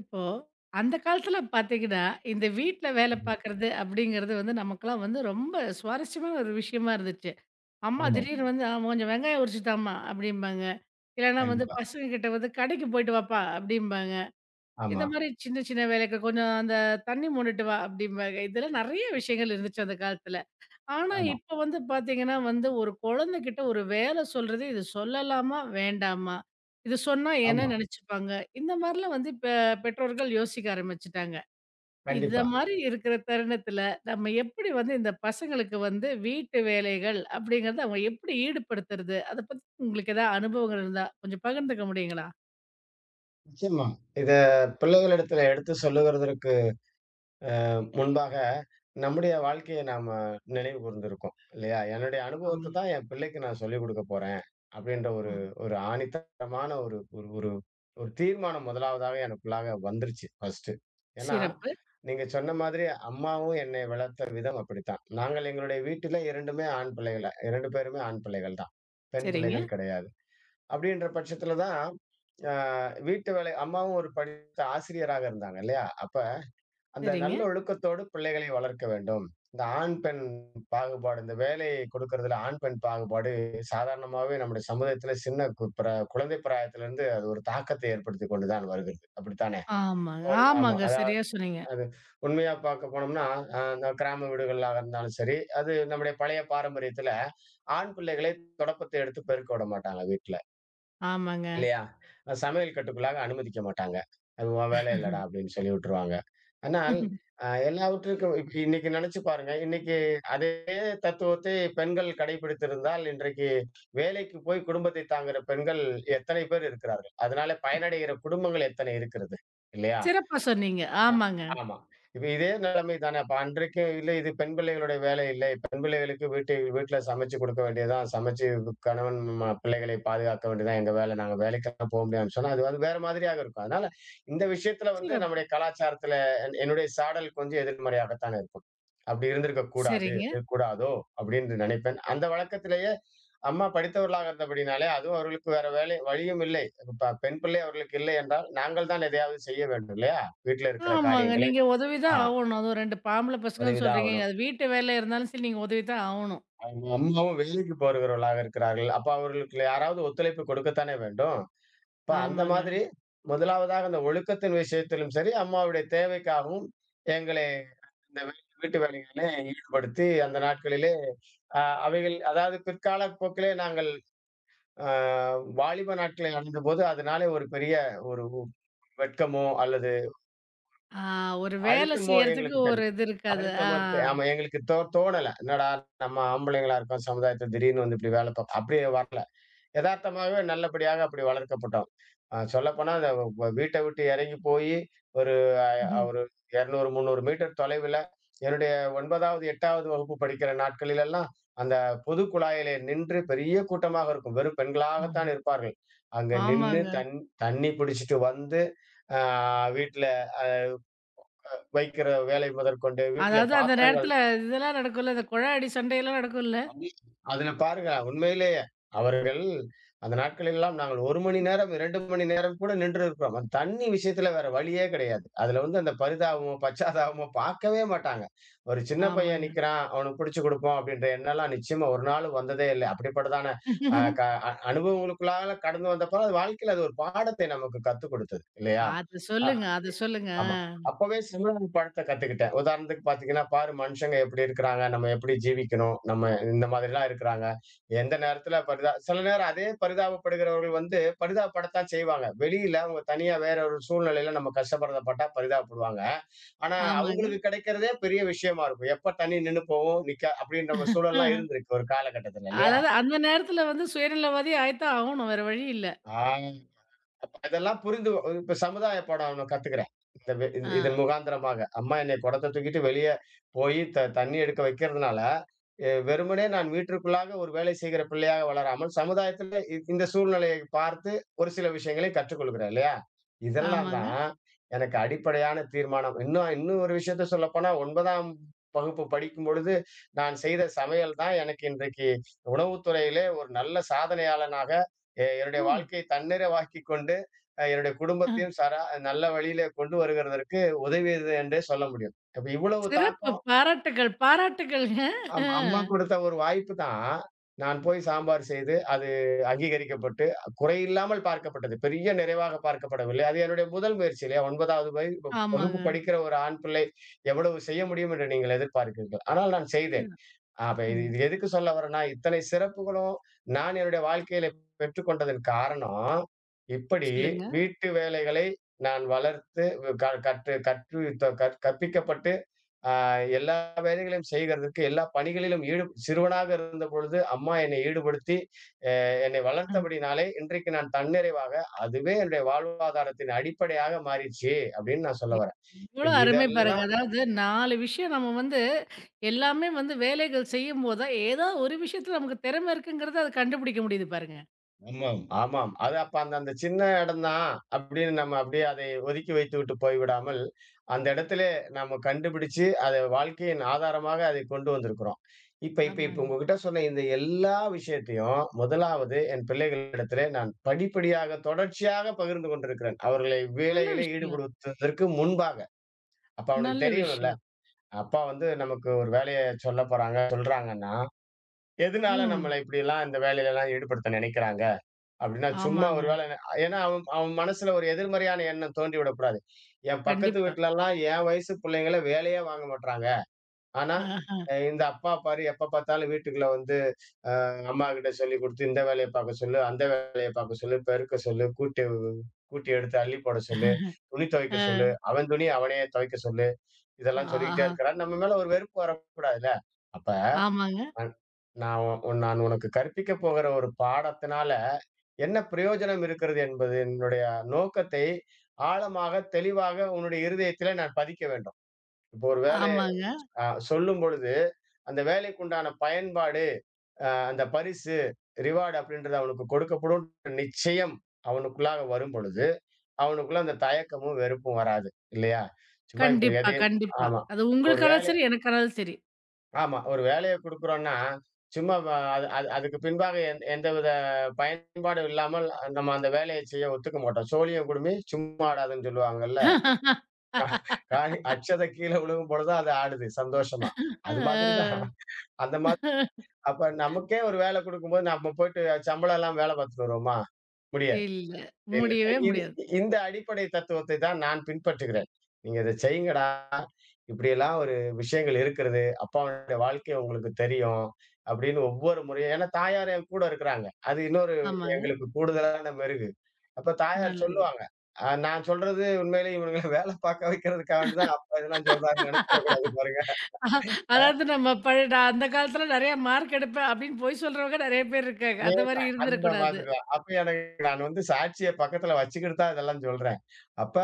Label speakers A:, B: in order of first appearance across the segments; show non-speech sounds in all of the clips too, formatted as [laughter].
A: இப்போ அந்த காலத்துல பார்த்தீங்கன்னா, இந்த வீட்ல வேலை
B: ம்.
A: பார்க்குறது அப்படிங்கிறது வந்து நமக்கெல்லாம் வந்து ரொம்ப சுவாரஸ்யமான ஒரு விஷயமா இருந்துச்சு. அம்மா ம்.
B: ஆமா.
A: திடீர்னு வந்து கொஞ்சம் வெங்காயம் உரிச்சு தாம்மா" அப்படிம்பாங்க. இல்லைன்னா வந்து
B: கண்டிப்பா.
A: "பசங்க கிட்ட வந்து கடைக்கு போயிட்டு வாப்பா" அப்படிம்பாங்க.
B: ஆமா,
A: இந்த மாரி சின்ன சின்ன வேலைக்கு "கொஞ்சம் அந்த தண்ணி மொண்டுட்டு வா" அப்படிம்பாங்க. இதெல்லாம் நெறைய விஷயங்கள் இருந்துச்சு அந்த காலத்துல. ஆனா,
B: ஆமா,
A: இப்ப வந்து பார்த்தீங்கன்னா வந்து, ஒரு குழந்தைகிட்ட ஒரு வேல சொல்றது, இது சொல்லலாமா? வேண்டாமா? இது சொன்னா என்ன
B: ஆமா.
A: நெனச்சுப்பாங்க? இந்த மாரிலாம் வந்து இப்ப பெற்றோர்கள் யோசிக்க ஆரம்பிச்சுட்டாங்க. இந்த
B: கண்டிப்பா.
A: மாரி இருக்கிற தருணத்துல, நம்ம எப்படி வந்து இந்த பசங்களுக்கு வந்து வீட்டு வேலைகள் அப்படிங்கிறத அவங்க எப்படி ஈடுபடுத்துறது? அத பத்தி உங்களுக்கு ஏதாவது அனுபவங்கள் இருந்தா, கொஞ்சம் பகிர்ந்துக்க முடியுங்களா?
B: நிச்சயமா. இத பிள்ளைகளிடத்துல எடுத்து சொல்லுகிறதற்கு முன்பாக, நம்முடைய வாழ்க்கைய நாம நினைவு கூர்ந்திருக்கோம். இல்லையா? "என்னுடைய அனுபவத்த
A: ஆமாங்க.
B: தான் என் பிள்ளைக்கு நான் சொல்லிக் குடுக்க போறேன்." அப்படின்ற ஒரு
A: ஆ.
B: ஒரு ஆணித்தரமான ஒரு ஒரு ஒரு ஒரு தீர்மானம் முதலாவதாவே எனக்குள்ளாக வந்துருச்சு ஃபர்ஸ்ட்டு. ஏன்னா,
A: சிறப்பு.
B: நீங்க சொன்ன மாதிரி அம்மாவும் என்னை வளர்த்த விதம் அப்படித்தான். நாங்கள் எங்களுடைய வீட்டில 2மே ஆண் பிள்ளைகள 2 பேருமே ஆண் பிள்ளைகள் தான். பெண்
A: சரிங்க,
B: பிள்ளைகள் கிடையாது. அப்படின்ற பட்சத்துல தான், அ வீட்டு வேலை அம்மாவும் ஒரு படித்த ஆசிரியராக இருந்தாங்க இல்லையா? அப்ப அந்த நல்ல
A: சரிங்க.
B: ஒழுக்கத்தோடு பிள்ளைகளை வளர்க்க வேண்டும். இந்த ஆண், பெண் பாகுபாடு, இந்த வேலை கொடுக்கறதுல ஆண், பெண் பாகுபாடு சாதாரணமாவே நம்முடைய சமுதாயத்துல சின்ன கு பிர குழந்தை பிராயத்திலிருந்து அது ஒரு தாக்கத்தை ஏற்படுத்திக் கொண்டு தான் வருகிறது. அப்படித்தானே?
A: ஆமாங்க,
B: ஒரு ஆமா.
A: ஆமாங்க. சரியா சொன்னீங்க.
B: அது உண்மையா பார்க்க போனோம்னா, அந்த கிராம வீடுகளாக இருந்தாலும் சரி, அது நம்முடைய பழைய பாரம்பரியத்துல ஆண் பிள்ளைகளை தொடப்பத்தை எடுத்து பெருக்க விட மாட்டாங்க வீட்ல.
A: ஆமாங்க.
B: இல்லையா? சமையல் கட்டுக்குள்ளாக அனுமதிக்க மாட்டாங்க. "அது உன் வேலை இல்லடா" அப்படின்னு சொல்லி விட்டுருவாங்க. ஆனால்,
A: [laughs]
B: அ எல்லாவற்றிற்கும் இப் இன்னைக்கு நினைச்சு பாருங்க. இன்னைக்கு அதே தத்துவத்தை பெண்கள் கடைபிடித்திருந்தால், இன்றைக்கு வேலைக்கு போய் குடும்பத்தை தாங்குகிற பெண்கள் எத்தனை பேர் இருக்கிறார்கள்? அதனால பயனடைகிற குடும்பங்கள் எத்தனை இருக்கிறது? இல்லையா?
A: சிறப்பா சொன்னீங்க.
B: ஆ,
A: ஆமாங்க.
B: ஆமா. இப்ப இதே நிலைமை தானே! அப்ப அன்றைக்கு இல்ல இது பெண் பிள்ளைகளுடைய வேலை இல்லை. பெண் பிள்ளைகளுக்கு வீட்டு வீட்ல சமைச்சு கொடுக்க வேண்டியது தான். சமைச்சு கணவன் பிள்ளைகளை பாதுகாக்க வேண்டியது தான் எங்க வேலை. நாங்க வேலைக்கெல்லாம் போ முடியாதுன்னு சொன்னா, அது வந்து வேற மாதிரியாக இருக்கும். அதனால இந்த விஷயத்துல வந்து
A: சிறப்பு.
B: நம்முடைய கலாச்சாரத்துல என்னுடைய சாடல் கொஞ்சம் எதிர்மறையாகத்தானே இருக்கும். அப்படி இருந்திருக்க கூடாது.
A: சரிங்க.
B: இருக்க கூடாதோ! அப்படின்னு நினைப்பேன். அந்த வழக்கத்திலேயே அம்மா படித்தவர்களாக இருந்தபடினாலே, அதுவும் அவர்களுக்கு வேற வேலை வழியும் இல்லை. பெண் பிள்ளை அவர்களுக்கு இல்லை என்றால், நாங்கள் தான் எதையாவது செய்ய வேண்டும் இல்லையா? வீட்ல இருக்கிற
A: ஆமாங்க.
B: காரியங்களை.
A: நீங்க உதவி தான்
B: ஆ
A: ஆவணும். அதுவும் 2 ஆம்பள பசங்கன்னு
B: உதவிதான்
A: சொல்றீங்க.
B: ஆவணும்.
A: அது வீட்டு வேலை இருந்தாலும் சரி, நீங்க உதவி தான் ஆவணும்.
B: அவங்க அம்மாவும் வேலைக்கு போகிறவர்களாக இருக்கிறார்கள். அப்ப அவர்களுக்கு யாராவது ஒத்துழைப்பு கொடுக்கத்தானே வேண்டும். அப்ப அந்த
A: ஆமாங்க.
B: மாதிரி முதலாவதாக அந்த ஒழுக்கத்தின் விஷயத்திலும் சரி, அம்மாவுடைய தேவைக்காகவும் எங்களை இந்த வீ வீட்டு வேலைகளிலே ஈடுபடுத்தி அந்த நாட்களிலே அவைகள் அதாவது பிற்கால போக்கிலே நாங்கள் அ வாலிப நாட்களை அடைந்தபோது அதனாலே ஒரு பெரிய ஒரு வெட்கமோ அல்லது
A: ஆ ஒரு வேலை
B: அழுத்தமோ
A: செய்யறதுக்கு
B: எங்களுக்கு தெரி
A: ஒரு இது இருக்காது. ஆ.
B: அழுத்தமா தெ ஆமா எங்களுக்கு தோணல. என்னடா நம்ம ஆம்பளைங்களா இருக்கோம், சமுதாயத்துல திடீர்னு வந்து இப்படி வேலை பாப் அப்படி வரல. எதார்த்தமாவே நல்லபடியாக அப்படி வளர்க்கப்பட்டோம். சொல்லப்போனா அந்த வீட்ட விட்டு இறங்கி போயி ஒரு அ
A: ம்ஹ்ம்.
B: ஒரு 200, 300 மீட்டர் தொலைவில என்னுடைய 9வது, 8வது வகுப்பு படிக்கிற நாட்களிலெல்லாம், அந்த பொது குழாயிலே நின்று பெரிய கூட்டமாக இருக்கும். வெறும்
A: ஆமா.
B: பெண்களாகத்தான் இருப்பார்கள். அங்க நின்னு
A: ஆமாங்க.
B: தண்ணி பிடிச்சுட்டு வந்து, ஆ வீட்ல வைக்கிற வேலை முதற்கொண்டு, வீட்ல
A: அதாவது அந்த
B: பாத்திரங்கள்
A: நேரத்துல இதெல்லாம் நடக்கும்ல. இந்த குழாயடி சண்டையெல்லாம் நடக்கும்ல.
B: அதுல பாருங்க, உண்மையிலேயே அவர்கள் அந்த நாட்களெல்லாம் நாங்கள் 1 மணி நேரம், 2 மணி நேரம் கூட நின்றிருக்கிறோம். அந்த தண்ணி விஷயத்துல வேற வழியே கிடையாது. அதுல வந்து அந்த பரிதாபமோ, பச்சாதாபமோ பார்க்கவே மாட்டாங்க. ஒரு சின்ன பையன்
A: ஆமாங்க.
B: நிக்கிறான், அவனுக்கு பிடிச்சு குடுப்போம் அப்படின்ற எண்ணம்லாம் நிச்சயமா ஒரு நாளும் வந்ததே இல்ல. அப்படிப்பட்டதான அ க அ அனுபவங்களுக்குள்ளால கடந்து வந்தப்ப அது வாழ்க்கையில அது ஒரு பாடத்தை நமக்கு கத்துக் குடுத்தது இல்லையா?
A: அத
B: அ
A: சொல்லுங்க, அத சொல்லுங்க.
B: ஆமா. அப்பவே சிம்ரன் படத்த கத்துக்கிட்டேன். உதாரணத்துக்கு பார்த்தீங்கன்னா, பாரு மனுஷங்க எப்படி இருக்கிறாங்க, நம்ம எப்படி ஜீவிக்கணும், நம்ம இந்த மாதிரிலாம் இருக்கிறாங்க. எந்த நேரத்துல சில நேரம் அதே பரிதாபப்படுகிறவர்கள் வந்து பரிதாபப்படத்தான் செய்வாங்க. வெளியில அவங்க தனியா வேற ஒரு சூழ்நிலையில நம்ம கஷ்டப்படுறத பார்த்தா பரிதாபப்படுவாங்க. ஆனா,
A: ஆமாங்க.
B: அவங்களுக்கு கிடைக்கிறதே பெரிய விஷயமா இருக்கும். எப்ப தண்ணி நின்னு போகும், நிக்கா அப்படின்ற சூழல்லாம்
A: ம்.
B: இருந்திருக்கு ஒரு காலகட்டத்துல இல்லையா?
A: அதாவது அந்த நேரத்துல வந்து சுயநலவாதி ஆயித்தான் ஆவணும். வேற வழி இல்ல.
B: ஆ. அப்ப அதெல்லாம் புரிந்து இப்ப சமுதாய பாடம் அவன கத்துக்கிறான். இந்த வெ இ இதன்
A: ஆ.
B: முகாந்திரமாக. அம்மா என்னை குடத்த தூக்கிட்டு வெளிய போயி தண்ணி எடுக்க வைக்கிறதுனால, வெறுமனே நான் வீட்டிற்குள்ளாக ஒரு வேலை செய்கிற பிள்ளையாக வளராமல், சமுதாயத்தில இந்த சூழ்நிலையை பார்த்து ஒரு சில விஷயங்களை கற்றுக்கொள்கிறேன் இல்லையா? இதெல்லாம்
A: ஆமாங்க.
B: தான் எனக்கு அடிப்படையான தீர்மானம். இன்னும் இன்னும் ஒரு விஷயத்த சொல்லப்போனா 9ஆம் வகுப்பு படிக்கும்பொழுது, நான் செய்த சமையல் தான் எனக்கு இன்றைக்கு உணவுத் துறையிலே ஒரு நல்ல சாதனையாளனாக, என்னுடைய
A: ஓ!
B: வாழ்க்கையை தன்னிறைவாக்கிக் கொண்டு என்னுடைய
A: அ.
B: குடும்பத்தையும் சரா நல்ல வழியில கொண்டு வருகிறதற்கு உதவியது என்றே சொல்ல முடியும். அப்ப இவ்வளவு
A: சிறப்பு.
B: தாக்கம்
A: பாராட்டுக்கள், பாராட்டுக்கள்ங்க.
B: அம்மா கொடுத்த ஒரு வாய்ப்பு தான், நான் போய் சாம்பார் செய்து, அது அங்கீகரிக்கப்பட்டு, குறையில்லாமல் பார்க்கப்பட்டது. பெரிய நிறைவாக பார்க்கப்படவில்லை. அது என்னுடைய முதல் முயற்சி இல்லையா? 9வது
A: ஆமாங்க.
B: வகுப்பு படிக்கிற ஒரு ஆண் பிள்ளை எவ்வளவு செய்ய முடியும் என்று நீங்கள் எதிர்பார்க்கிறீர்கள். ஆனால் நான் செய்தேன். ஆ அப்ப இது
A: ம்.
B: இது எதுக்கு சொல்ல வரேன்னா, இத்தனை சிறப்புகளும் நான் என்னுடைய வாழ்க்கையில பெற்றுக்கொண்டதன் காரணம், இப்படி
A: சொல்லுங்க.
B: வீட்டு வேலைகளை நான் வளர்த்து வ் க கற்று கற்று த கற் கற்பிக்கப்பட்டு, ஆ எல்லா வேலைகளையும் செய்கிறதுக்கு, எல்லா பணிகளிலும் சிறுவனாக இருந்தபொழுது அம்மா என்னை ஈடுபடுத்தி, அ என்னை
A: ம்.
B: வளர்த்தபடினாலே, இன்றைக்கு நான் தன்னிறைவாக, அதுவே என்னுடைய வாழ்வாதாரத்தின் அடிப்படையாக மாறிச்சு, அப்படின்னு நான் சொல்ல வரேன். இப்ப
A: எவ்ளோ அருமை பாருங்க.
B: இதெல்லாம்
A: அதாவது 4 விஷயம் நம்ம வந்து எல்லாமே வந்து வேலைகள் செய்யும்போது தான், ஏதோ ஒரு விஷயத்துல நமக்கு திறமை இருக்குங்கிறத அத கண்டுபிடிக்க முடியுது பாருங்க.
B: ஆமாம், ஆமாம். அது அப்ப அந்த அந்த சின்ன இடம் தான் அப்படின்னு நம்ம அப்படியே அதை ஒதுக்கி வைத்துவிட்டு போய்விடாமல், அந்த இடத்திலே நம்ம கண்டுபிடிச்சு அதை வாழ்க்கையின் ஆதாரமாக அதை கொண்டு வந்திருக்கிறோம். இப்ப இப்ப இப்ப
A: ஆமாங்க.
B: உங்ககிட்ட சொன்ன இந்த எல்லா விஷயத்தையும், முதலாவது என் பிள்ளைகளிடத்திலே நான் படிப்படியாக தொடர்ச்சியாக பகிர்ந்து கொண்டிருக்கிறேன். அவர்களை
A: நல்ல
B: வேலையிலே
A: விஷயம்,
B: ஈடுபடுத்துவதற்கு முன்பாக. அப்ப அவனுக்கு
A: நல்ல
B: தெரியணும்ல.
A: விஷயம்.
B: அப்பா வந்து நமக்கு ஒரு வேலைய சொல்லப் போறாங்க, சொல்றாங்கன்னா, எதனால
A: ம்.
B: நம்மள இப்படியெல்லாம் இந்த வேலையிலலாம் ஈடுபடுத்த நினைக்கிறாங்க? அப்படின்னா சும்மா
A: ஆமாங்க.
B: ஒரு வேளை ஏன்னா அவன் அவன் மனசுல ஒரு எதிர்மறையான எண்ணம் தோண்டிவிடக்கூடாது. என் பக்கத்து
A: கண்டிப்பா.
B: வீட்லலாம் என் வயசு புள்ளைங்கள வேலையே வாங்க மாட்றாங்க. ஆனா,
A: ஆஹா.
B: இந்த அப்பா பாரு எப்ப பார்த்தாலும் வீட்டுக்குள்ள வந்து அம்மாகிட்ட சொல்லிக் குடுத்து இந்த வேலைய பார்க்க சொல்லு, அந்த வேலைய பார்க்க சொல்லு, பெருக்க சொல்லு, கூட்டி கூட்டி எடுத்து அள்ளி போட சொல்லு, துணி துவைக்க
A: அ
B: சொல்லு, அவன் துணிய அவனே துவைக்க சொல்லு. இதெல்லாம் சொல்லிக்கிட்டே
A: ஆஹா.
B: இருக்கிறான். நம்ம மேல ஒரு வெறுப்பு வரக்கூடாதுல்ல? அப்ப
A: ஆமாங்க,
B: நான் நான் உன் நான் உனக்கு கற்பிக்கப் போகிற ஒரு பாடத்தினால என்ன பிரயோஜனம் இருக்கிறது என்பது என்னுடைய நோக்கத்தை ஆழமாக, தெளிவாக உன்னுடைய இருதயத்திலே நான் பதிக்க வேண்டும். இப்போ ஒரு வேலை
A: ஆமாங்க.
B: சொல்லும் பொழுது, அந்த வேலைக்குண்டான பயன்பாடு, அந்த பரிசு, ரிவார்ட் அப்படின்றது அவனுக்கு கொடுக்கப்படும் நிச்சயம் அவனுக்குள்ளாக வரும் பொழுது, அவனுக்குள்ள அந்த தயக்கமும், வெறுப்பும் வராது. இல்லையா? சும்மா இப்ப
A: கண்டிப்பா,
B: எதையும்
A: கண்டிப்பா.
B: ஆமா.
A: அது
B: ஒரு
A: உங்களுக்கானாலும்
B: வேலை
A: சரி, எனக்கானாலும் சரி.
B: ஆமா. ஒரு வேலைய குடுக்குறோம்னா, சும்மா வ அது அது அதுக்கு பின்பாக எந்தவித பயன்பாடும் இல்லாமல் நம்ம அந்த வேலைய செய்ய ஒத்துக்க மாட்டோம். "சோழியம் குடுமி சும்மா ஆடாதுன்னு" சொல்லுவாங்கல்ல. கா-
A: [laughs]
B: காய் அட்சத கீழ விழுகும் பொழுது அது ஆடுது சந்தோஷமா. அது மாதிரி தான்.
A: அ.
B: அந்த மாதிரி அப்ப நமக்கே ஒரு வேல குடுக்கும்போது நம்ம போயிட்டு சம்பளம் இல்லாம வேல பாத்துட்டு வருவோமா? முடியாது.
A: இல்ல.
B: இல்ல.
A: முடியவே
B: இது
A: முடியாது.
B: இந்த அடிப்படை தத்துவத்தை தான் நான் பின்பற்றுகிறேன். நீங்க இத செய்யுங்கடா. இப்படியெல்லாம் ஒரு விஷயங்கள் இருக்கிறது. அப்பாவுடைய வாழ்க்கை உங்களுக்கு தெரியும். அப்படின்னு ஒவ்வொரு முறையும் ஏன்னா தாயார் என் கூட இருக்கிறாங்க. அது இன்னொரு
A: ஆமாங்க.
B: எங்களுக்கு கூடுதலான மெருகு. அப்ப தாயார்
A: நல்லது.
B: சொல்லுவாங்க. நான் சொல்றது உண்மையிலேயே இவனுங்கள வேலை பார்க்க வைக்கிறதுக்காக வேண்டி தான் அப்பா இதெல்லாம் சொல்றாங்கன்னு நினைச்சிடக்கூடாது பாருங்க.
A: அதாவது நம்ம நான் அந்த காலத்துல நெறைய மார்க் எடுப்பேன் அப்படின்னு பொய் சொல்றவங்க நெறைய பேர் இருக்காங்க. அந்த மாரி
B: அதேதான். அந்த
A: இருந்துறக்கூடாது.
B: மாதிரி தான். அப்ப எனக்கு நான் வந்து சாட்சிய பக்கத்துல வச்சுக்கிட்டு தான் இதெல்லாம் சொல்றேன். அப்ப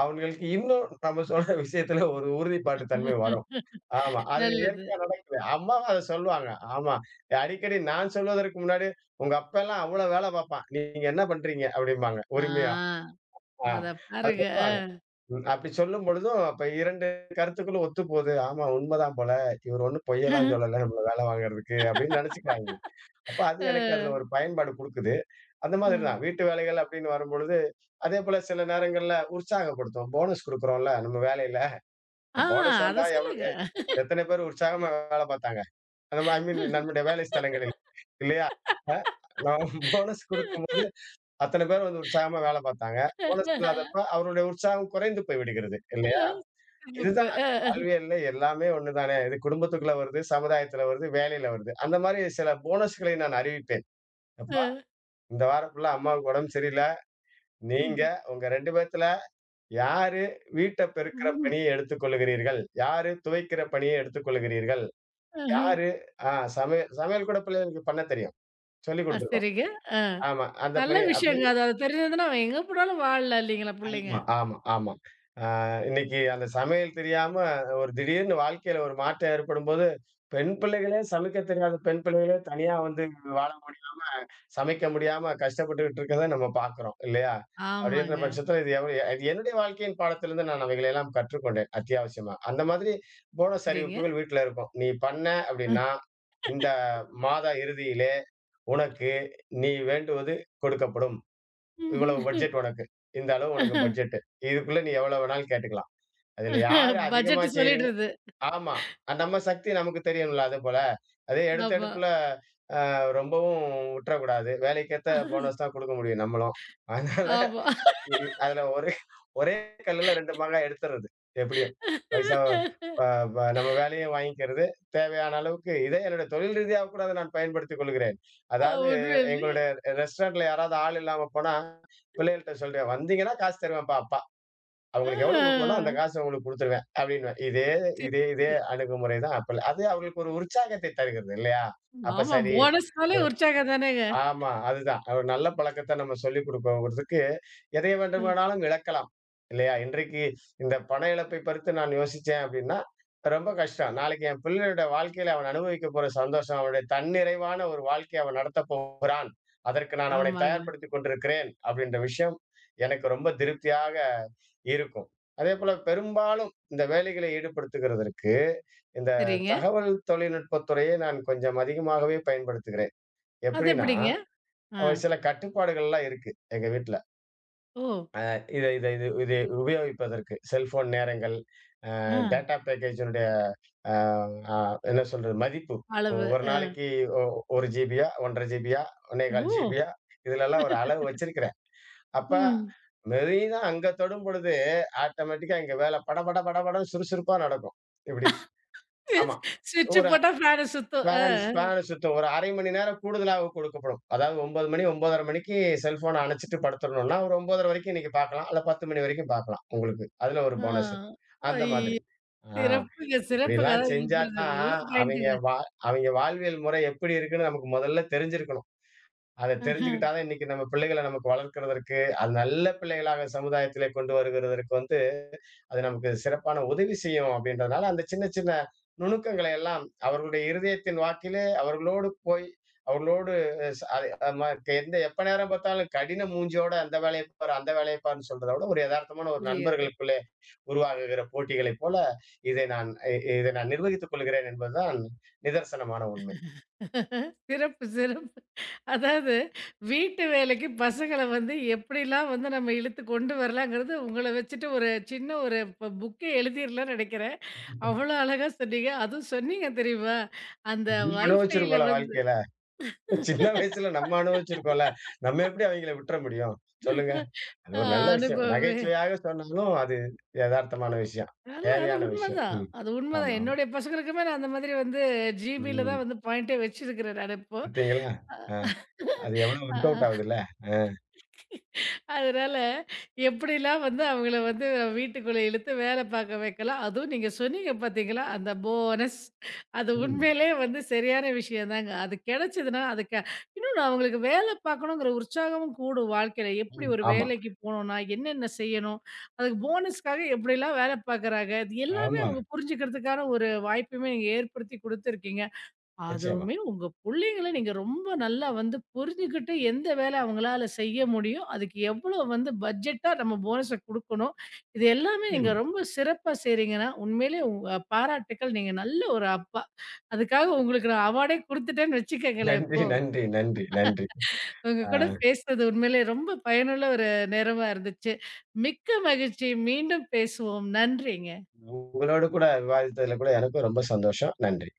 B: அவங்களுக்கு இன்னும் நம்ம சொல்ற விஷயத்துல ஒரு உறுதிப்பாட்டு தன்மை வரும். ஆமா. அது
A: நல்லது.
B: இயற்கையா நடக்குது. அம்மாவும் அத சொல்லுவாங்க. ஆமா. அடிக்கடி நான் சொல்வதற்கு முன்னாடி, "உங்க அப்பல்லாம் அவ்ளோ வேல பாப்பான். நீங்க என்ன பண்றீங்க?" அப்படிம்பாங்க உரிமையா.
A: ஆ
B: ஆ
A: அத
B: அது
A: பாருங்க.
B: சொல்லுவாங்க. ம். அப்படி சொல்லும் பொழுதும் அப்ப 2 கருத்துக்களும் ஒத்துப்போகுது. ஆமா உண்மதான் போல. இவர் ஒண்ணும்
A: அ.
B: பொய்யெல்லாம் சொல்லல நம்மள வேல வாங்குறதுக்கு அப்படின்னு நெனச்சுக்கிறாய்ங்க. அப்ப அது எனக்கு அதுல
A: அ.
B: ஒரு பயன்பாடு குடுக்குது. அந்த
A: அ.
B: மாதிரி தான். வீட்டு வேலைகள் அப்படின்னு வரும்பொழுது, அதேபோல சில நேரங்கள்ல உற்சாகப்படுத்துவோம். போனஸ் குடுக்குறோம்ல நம்ம வேலையில. இப்ப
A: ஆ
B: போனஸ்
A: அத
B: வந்தா எவ்வளோ
A: சொல்லுங்க.
B: எ எத்தன பேர் உற்சாகமா வேலை பார்த்தாங்க? நம்ம ஐ மீன் நம்முடைய வேலை ஸ்தலங்களில் இல்லையா? அ நான் போனஸ் குடுக்கும்போது அத்தன பேர் வந்து உற்சாகமா வேலை பார்த்தாங்க. போனஸ் இல்லாதப்ப அவருடைய உற்சாகம் குறைந்து போய் விடுகிறது இல்லையா?
A: சிறப்பு.
B: இதுதான்
A: அ.
B: வாழ்வியல்ல எல்லாமே ஒண்ணு தானே. இது குடும்பத்துக்குள்ள வருது, சமுதாயத்துல வருது, வேலையில வருது. அந்த மாரி சில போனஸ்களை நான் அறிவிப்பேன். "எப்பா
A: அ.
B: இந்த வாரம் ஃபுல்லா அம்மாவுக்கு உடம்பு சரியில்ல. நீங்க
A: ம்.
B: உங்க 2 பேத்துல யாரு வீட்ட பெருக்கிற
A: ம்.
B: பணியை எடுத்துக்கொள்கிறீர்கள்? யாரு துவைக்கிற பணியை எடுத்துக்கொள்கிறீர்கள்?
A: அஹ.
B: யாரு ஆ சமையல் சமையல் கூட பிள்ளைகளுக்கு பண்ண தெரியும். சொல்லிக் குடுத்துருக்கோம்.
A: சரிங்க. அ.
B: ஆமா. அந்த
A: நல்ல
B: பணி அப்படி
A: விஷயங்க. அது அது தெரிஞ்சதுன்னா, அவன் எங்க போனாலும் வாழலாம் இல்லைங்களா புள்ளைங்க?
B: ஆமா, ஆமா, ஆமா. ஆ இன்னைக்கு அந்த சமையல் தெரியாம ஒரு திடீர்னு வாழ்க்கையில ஒரு மாற்றம் ஏற்படும்போது, பெண் பிள்ளைகளே சமைக்க தெரியாத பெண் பிள்ளைகளே தனியா வந்து வாழ சமைக்க முடியாம கஷ்டப்பட்டுகிட்டு இருக்கத நம்ம பார்க்கிறோம் இல்லையா? அப்படின்ற
A: ஆமாங்க.
B: பட்சத்தில இது என்னுடைய வாழ்க்கையின் பாடத்திலிருந்து நான் அவைகளையெல்லாம் கற்றுக்கொண்டேன் அத்தியாவசியமா. அந்த மாதிரி போனஸ்
A: சரிங்க.
B: அறிவிப்புகள் வீட்ல இருக்கும். "நீ பண்ண அப்படின்னா, இந்த மாத இறுதியிலே உனக்கு நீ வேண்டுவது கொடுக்கப்படும். இவ்வளவு பட்ஜெட் உனக்கு. இந்த அளவு உனக்கு பட்ஜெட். இதுக்குள்ள நீ எவ்வளவு வேணாலும் கேட்டுக்கலாம்." அதுல யார் அதிகமா
A: பட்ஜெட்
B: செய்றீங்க
A: சொல்லிடுறது.
B: ஆமா. நம்ம சக்தி நமக்கு தெரியும்ல அதுபோல. அது
A: ஆமா.
B: எடுத்தடுப்புல ரொம்பவும் விட்றக்கூடாது. வேலைக்கேத்த போனஸ் தான் குடுக்க முடியும் நம்மளும். அதனால
A: ஆமா.
B: [laughs] அதுல ஒரே ஒரே கல்லுல 2 மாங்காய் எடுத்துறது. எப்படியும். பைசா ப ப நம்ம வேலையும் வாங்கிக்கிறது. தேவையான அளவுக்கு இதை என்னுடைய தொழில் ரீதியா கூட அதை நான் பயன்படுத்திக் கொள்கிறேன். அதாவது
A: உண்மையிலேயே.
B: எங்களுடைய ரெஸ்டாரண்ட்ல யாராவது ஆள் இல்லாம போனா, பிள்ளைகள்ட்ட சொல்லிடுவேன். "வந்தீங்கன்னா காசு தருவேன்ப்பா அப்பா. அவங்களுக்கு எவ்வளவு குடுக்கணும்னோ
A: ஆ.
B: அந்த காச உங்களுக்கு குடுத்துருவேன்." அப்படின்னுவேன். இதே இதே இதே
A: சிறப்பு.
B: அணுகுமுறை தான் அப்பல அது அவங்களுக்கு ஒரு உற்சாகத்தை தருகிறது இல்லையா? அப்ப
A: ஆமா.
B: சரி.
A: போனஸ்னாலே உற்சாகம் தானேங்க.
B: ஆமா. அதுதான். ஒரு நல்ல பழக்கத்த நம்ம சொல்லிக் குடுக்கோங்கிறதுக்கு, எதை
A: ம்.
B: வேண்டுமானாலும் இழக்கலாம். இல்லையா? இன்றைக்கு இந்த பண இழப்பை பறித்து நான் யோசிச்சேன் அப்டின்னா, ரொம்ப கஷ்டம். நாளைக்கு என் பிள்ளையோட வாழ்க்கையில அவன் அனுபவிக்கப் போற சந்தோஷம், அவனுடைய தன்னிறைவான ஒரு வாழ்க்கைய அவன் நடத்தப் போகிறான். அதற்கு நான் அவனை
A: ஆமாங்க.
B: தயார்படுத்திக் கொண்டிருக்கிறேன் அப்டின்ற விஷயம் எனக்கு ரொம்ப திருப்தியாக இருக்கும். அதேபோல பெரும்பாலும் இந்த வேலைகளை ஈடுபடுத்துகிறதற்கு, இந்த
A: சரிங்க.
B: தகவல் தொழில்நுட்பத் துறையை நான் கொஞ்சம் அதிகமாகவே பயன்படுத்துகிறேன்.
A: அது
B: எப்டின்னா
A: எப்படிங்க? ஆ.
B: ஒரு சில கட்டுப்பாடுகள்லாம் இருக்கு எங்க வீட்ல.
A: ஓ!
B: இத இத இது இது உபயோகிப்பதற்கு செல்போன் நேரங்கள், அ
A: ஆ.
B: டேட்டா பேக்கேஜினுடைய அ அ என்ன சொல்றது? மதிப்பு.
A: அளவு.
B: ஒரு
A: அ.
B: நாளைக்கு ஒ 1 ஜிபியா, 1 1/2 ஜிபியா, 1 1/4
A: ஓ!
B: ஜிபியா இதுலலாம் ஒரு அளவு வச்சிருக்கிறேன். அப்ப
A: ம்.
B: மெரீனா அங்க தொடும் பொழுது ஆட்டோமேட்டிக்கா இங்க வேலை படபட படபடன்னு சுறுசுறுப்பா நடக்கும். இப்படி. ஆமா.
A: ஸ்விட்ச்
B: ஒரு
A: போட்டா ஃபேன் சுத்தும். அ.
B: ஸ்பேன சுத்தம். ஒரு 1/2 மணி நேரம் கூடுதலாக கொடுக்கப்படும். அதாவது 9:00 மணி 9:30 மணிக்கு செல்ஃபோன அணைச்சுட்டு படுத்துறணும்னா, ஒரு 9:30 வரைக்கும் நீங்க பார்க்கலாம். அல்ல 10:00 மணி வரைக்கும் பார்க்கலாம் உங்களுக்கு. அதுல ஒரு
A: ஆ.
B: போனஸு. அந்த மாதிரி.
A: ஐயோ!
B: ஆ.
A: சிறப்புங்க, சிறப்புங்க.
B: இப்படிலாம்
A: அதான்
B: செஞ்சா
A: இப்ப
B: தான்
A: நல்ல
B: அவைங்க
A: பாயிண்ட்டுங்க.
B: வா அவைங்க வாழ்வியல் முறை எப்படி இருக்குன்னு நமக்கு முதல்ல தெரிஞ்சிருக்கணும். அத தெரிஞ்சுக்கிட்டா தான் இன்னைக்கு நம்ம பிள்ளைகள நமக்கு வளர்க்கிறதற்கு, அது நல்ல பிள்ளைகளாக சமுதாயத்திலே கொண்டு வருகிறதற்கு வந்து அது நமக்கு சிறப்பான உதவி செய்யும் அப்படின்றதுனால, அந்த சின்ன சின்ன நுணுக்கங்களை எல்லாம் அவர்களுடைய இருதயத்தின் வாக்கிலே அவர்களோடு போய், அவர்களோடு அது நமக்கு எந்த எப்ப நேரம் பார்த்தாலும் கடின மூஞ்சியோட அந்த வேலைய பாரு, அந்த வேலைய பாருன்னு சொல்றத விட, ஒரு எதார்த்தமான ஒரு
A: புரியுது.
B: நண்பர்களுக்குள்ளே உருவாகுகிற போட்டிகளைப் போல, இதை நான் இ இதை நான் நிர்வகித்துக் கொள்கிறேன் என்பதுதான் நிதர்சனமான உண்மை.
A: [laughs] சிறப்பு, சிறப்பு. அதாவது வீட்டு வேலைக்கு பசங்கள வந்து எப்படிலாம் வந்து நம்ம இழுத்து கொண்டு வரலாங்கிறது உங்கள வச்சுட்டு ஒரு சின்ன ஒரு புக்கே எழுதிர்லாம்னு நெனைக்கிறேன். அவ்வளோ அழகா சொன்னீங்க. அதுவும் சொன்னீங்க தெரியுமா? அந்த
B: நம்ம
A: வைஃபைல
B: அனுபவிச்சிருக்கோம்ல
A: வந்து
B: வாழ்க்கையில. சின்ன வயசுல நம்ம அனுபவிச்சிருக்கோம்ல.
A: [laughs]
B: நம்ம எப்படி அவைங்கள விட்டுற முடியும்? சொல்லுங்க. அது
A: அ
B: ஒரு நல்ல விஷயம்.
A: அனுபவமே.
B: நகைச்சுவையாக சொன்னாலும் அது எதார்த்தமான விஷயம்.
A: நல்ல அது
B: தேவையான விஷயம்.
A: உண்மதான்.
B: ம்.
A: அது
B: ஆமா,
A: உண்மதான்.
B: ஆமா.
A: என்னுடைய பசங்களுக்குமே நான் அந்த மாதிரி வந்து ஜிபில
B: ம்.
A: தான் வந்து பாயிண்டே வச்சிருக்கிறேன் நான் இப்போ.
B: பார்த்தீங்களா?
A: அ.
B: ஆ. அது எவ்வளவு ஒர்க் அவுட்
A: அ.
B: ஆகுதுல்ல. ஆ.
A: அதனால எப்படிலாம் வந்து அவங்கள வந்து வீட்டுக்குள்ள இழுத்து வேலை பார்க்க வைக்கலாம். அதுவும் நீங்க சொன்னீங்க பார்த்தீங்களா, அந்த போனஸ் அது
B: ம்.
A: உண்மையிலேயே வந்து சரியான விஷயம் தாங்க. அது கிடைச்சதுன்னா, அதுக்கு இன்னொன்னு அவங்களுக்கு வேலை பார்க்கணுங்கிற உற்சாகமும் கூடும் வாழ்க்கையில. எப்படி
B: ம்.
A: ஒரு
B: ஆமா.
A: வேலைக்கு போணும்னா, என்னென்ன செய்யணும்? அதுக்கு போனஸ்க்காக எப்படிலாம் வேலை பார்க்குறாங்க? இது எல்லாமே
B: ஆமா.
A: அவங்க புரிஞ்சுக்கிறதுக்கான ஒரு வாய்ப்புமே நீங்க ஏற்படுத்தி குடுத்துருக்கீங்க.
B: நிச்சயமா.
A: அதுவுமே உங்க புள்ளைங்கள நீங்க ரொம்ப நல்லா வந்து புரிஞ்சுகிட்டு எந்த வேலை அவங்களால செய்ய முடியும், அதுக்கு எவ்வளோ வந்து பட்ஜெட்டா நம்ம போனஸ குடுக்கணும். இது எல்லாமே நீங்க
B: ம்.
A: ரொம்ப சிறப்பா செய்றீங்கன்னா, உண்மையிலே உங்க பாராட்டுக்கள். நீங்க நல்ல ஒரு அப்பா. அதுக்காக உங்களுக்கு நான் அவார்டே குடுத்துட்டேன்னு வச்சுக்கங்களேன்
B: நன்றி,
A: இப்போ.
B: நன்றி, நன்றி, நன்றி.
A: உங்க
B: ஆ
A: கூட பேசுனது உண்மையிலே ரொம்ப பயனுள்ள ஒரு நேரமா இருந்துச்சு. மிக்க மகிழ்ச்சி. மீண்டும் பேசுவோம். நன்றிங்க.
B: உங்களோடு கூட விவாதித்ததுல கூட எனக்கும் ரொம்ப சந்தோஷம். நன்றி.